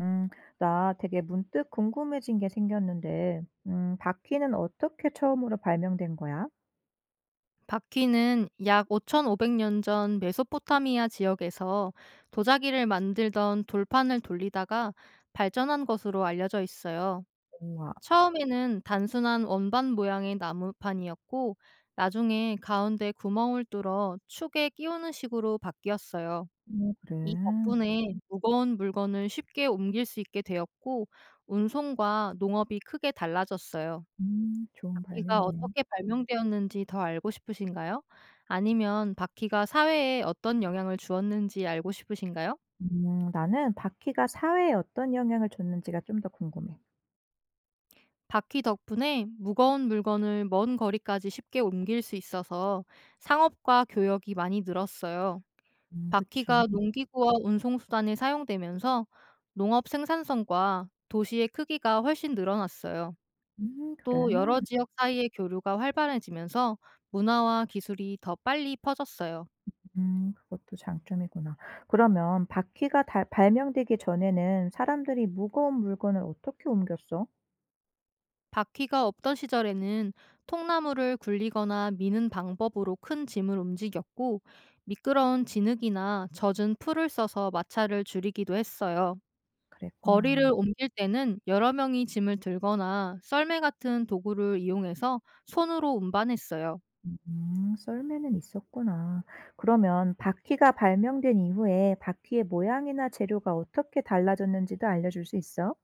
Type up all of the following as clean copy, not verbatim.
음, 나 되게 문득 궁금해진 게 생겼는데, 바퀴는 어떻게 처음으로 발명된 거야? 바퀴는 약 5,500년 전 메소포타미아 지역에서 도자기를 만들던 돌판을 돌리다가 발전한 것으로 알려져 있어요. 우와, 처음에는 단순한 원반 모양의 나무판이었고, 나중에 가운데 구멍을 뚫어 축에 끼우는 식으로 바뀌었어요. 그래. 이 덕분에 무거운 물건을 쉽게 옮길 수 있게 되었고, 운송과 농업이 크게 달라졌어요. 좋은 바퀴가 발명이네. 어떻게 발명되었는지 더 알고 싶으신가요? 아니면 바퀴가 사회에 어떤 영향을 주었는지 알고 싶으신가요? 나는 바퀴가 사회에 어떤 영향을 줬는지가 좀 더 궁금해. 바퀴 덕분에 무거운 물건을 먼 거리까지 쉽게 옮길 수 있어서 상업과 교역이 많이 늘었어요. 그치. 바퀴가 농기구와 운송수단에 사용되면서 농업 생산성과 도시의 크기가 훨씬 늘어났어요. 그래. 또 여러 지역 사이의 교류가 활발해지면서 문화와 기술이 더 빨리 퍼졌어요. 그것도 장점이구나. 그러면 바퀴가 발명되기 전에는 사람들이 무거운 물건을 어떻게 옮겼어? 바퀴가 없던 시절에는 통나무를 굴리거나 미는 방법으로 큰 짐을 움직였고, 미끄러운 진흙이나 젖은 풀을 써서 마찰을 줄이기도 했어요. 거리를 그랬구나. 옮길 때는 여러 명이 짐을 들거나 썰매 같은 도구를 이용해서 손으로 운반했어요. 썰매는 있었구나. 그러면 바퀴가 발명된 이후에 바퀴의 모양이나 재료가 어떻게 달라졌는지도 알려줄 수 있어?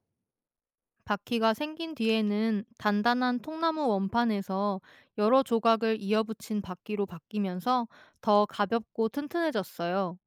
바퀴가 생긴 뒤에는 단단한 통나무 원판에서 여러 조각을 이어붙인 바퀴로 바뀌면서 더 가볍고 튼튼해졌어요.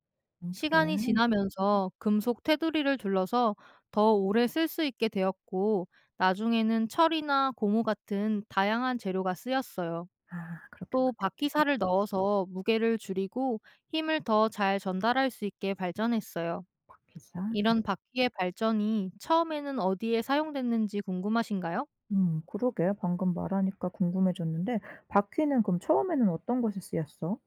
그래. 시간이 지나면서 금속 테두리를 둘러서 더 오래 쓸 수 있게 되었고, 나중에는 철이나 고무 같은 다양한 재료가 쓰였어요. 아 그렇게 또 바뀌었 바퀴살을 넣어서 무게를 줄이고 힘을 더 잘 전달할 수 있게 발전했어요. 바퀴가. 이런 바퀴의 발전이 처음에는 어디에 사용됐는지 궁금하신가요? 그러게 방금 말하니까 궁금해졌는데 바퀴는 그럼 처음에는 어떤 곳에 쓰였어?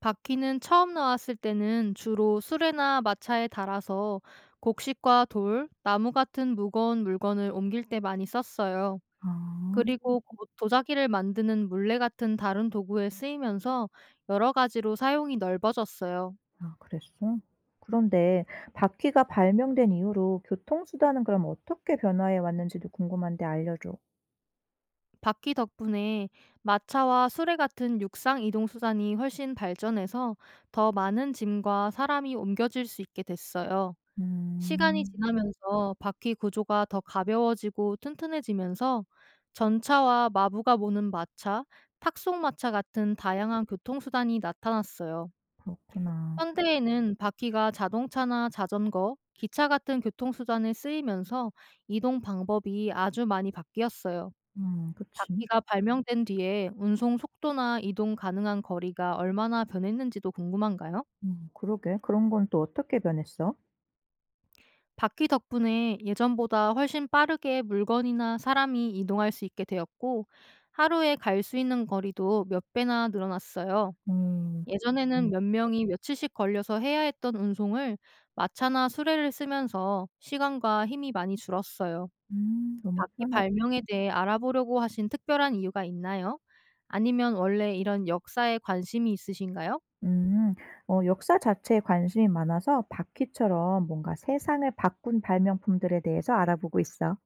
바퀴는 처음 나왔을 때는 주로 수레나 마차에 달아서 곡식과 돌, 나무 같은 무거운 물건을 옮길 때 많이 썼어요. 아. 그리고 고 도자기를 만드는 물레 같은 다른 도구에 쓰이면서 여러 가지로 사용이 넓어졌어요. 아 그랬어? 그런데 바퀴가 발명된 이후로 교통수단은 그럼 어떻게 변화해 왔는지도 궁금한데 알려줘. 바퀴 덕분에 마차와 수레 같은 육상 이동 수단이 훨씬 발전해서 더 많은 짐과 사람이 옮겨질 수 있게 됐어요. 시간이 음 지나면서 바퀴 구조가 더 가벼워지고 튼튼해지면서 전차와 마부가 모는 마차, 탁송마차 같은 다양한 교통수단이 나타났어요. 그렇구나. 현대에는 바퀴가 자동차나 자전거, 기차 같은 교통수단에 쓰이면서 이동 방법이 아주 많이 바뀌었어요. 그치. 바퀴가 발명된 뒤에 운송 속도나 이동 가능한 거리가 얼마나 변했는지도 궁금한가요? 그러게. 그런 건 또 어떻게 변했어? 바퀴 덕분에 예전보다 훨씬 빠르게 물건이나 사람이 이동할 수 있게 되었고, 하루에 갈 수 있는 거리도 몇 배나 늘어났어요. 음. 네. 예전에는 몇 명이 며칠씩 걸려서 해야 했던 운송을 마차나 수레를 쓰면서 시간과 힘이 많이 줄었어요. 너무 바퀴 편하. 발명에 대해 알아보려고 하신 특별한 이유가 있나요? 아니면 원래 이런 역사에 관심이 있으신가요? 음. 어, 역사 자체에 관심이 많아서 바퀴처럼 뭔가 세상을 바꾼 발명품들에 대해서 알아보고 있어.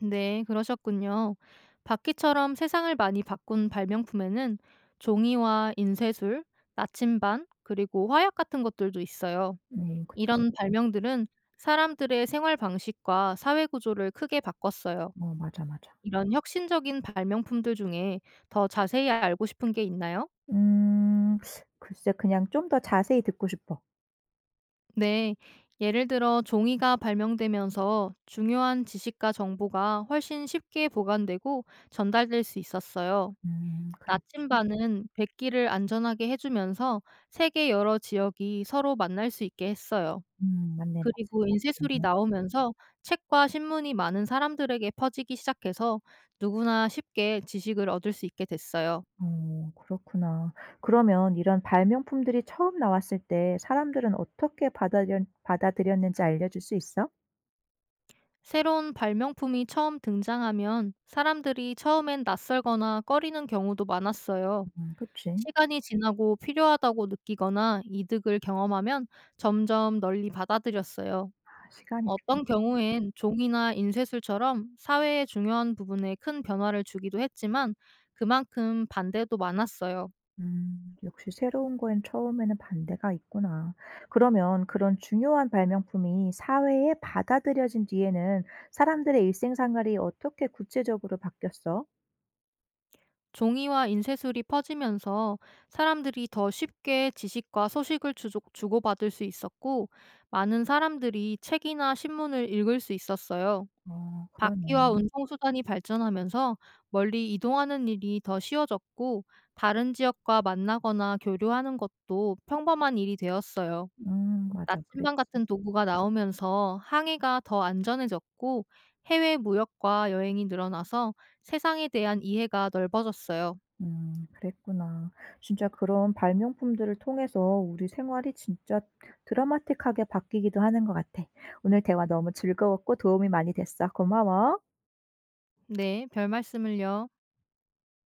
네, 그러셨군요. 바퀴처럼 세상을 많이 바꾼 발명품에는 종이와 인쇄술, 나침반, 그리고 화약 같은 것들도 있어요. 음. 이런 발명들은 사람들의 생활 방식과 사회 구조를 크게 바꿨어요. 어, 맞아, 맞아. 이런 혁신적인 발명품들 중에 더 자세히 알고 싶은 게 있나요? 음 글쎄 그냥 좀 더 자세히 듣고 싶어. 네. 예를 들어 종이가 발명되면서 중요한 지식과 정보가 훨씬 쉽게 보관되고 전달될 수 있었어요. 그렇지. 나침반은 백기를 안전하게 해주면서 세계 여러 지역이 서로 만날 수 있게 했어요. 맞네. 마 그리고 인쇄술이 네 나오면서 책과 신문이 많은 사람들에게 퍼지기 시작해서 누구나 쉽게 지식을 얻을 수 있게 됐어요. 어 그렇구나. 그러면 이런 발명품들이 처음 나왔을 때 사람들은 어떻게 받아들였는지 알려 줄 수 있어? 새로운 발명품이 처음 등장하면 사람들이 처음엔 낯설거나 꺼리는 경우도 많았어요. 그치. 시간이 지나고 필요하다고 느끼거나 이득을 경험하면 점점 널리 받아들였어요. 아 시간이 필요. 어떤 경우엔 종이나 인쇄술처럼 사회의 중요한 부분에 큰 변화를 주기도 했지만 그만큼 반대도 많았어요. 역시 새로운 거엔 처음에는 반대가 있구나. 그러면 그런 중요한 발명품이 사회에 받아들여진 뒤에는 사람들의 일생생활이 어떻게 구체적으로 바뀌었어? 종이와 인쇄술이 퍼지면서 사람들이 더 쉽게 지식과 소식을 주고받을 수 있었고, 많은 사람들이 책이나 신문을 읽을 수 있었어요. 어 그러네. 바퀴와 운송수단이 발전하면서 멀리 이동하는 일이 더 쉬워졌고, 다른 지역과 만나거나 교류하는 것도 평범한 일이 되었어요. 맞아. 그랬지. 나침반 같은 도구가 나오면서 항해가 더 안전해졌고, 해외 무역과 여행이 늘어나서 세상에 대한 이해가 넓어졌어요. 그랬구나. 진짜 그런 발명품들을 통해서 우리 생활이 진짜 드라마틱하게 바뀌기도 하는 것 같아. 오늘 대화 너무 즐거웠고 도움이 많이 됐어. 고마워. 네, 별 말씀을요.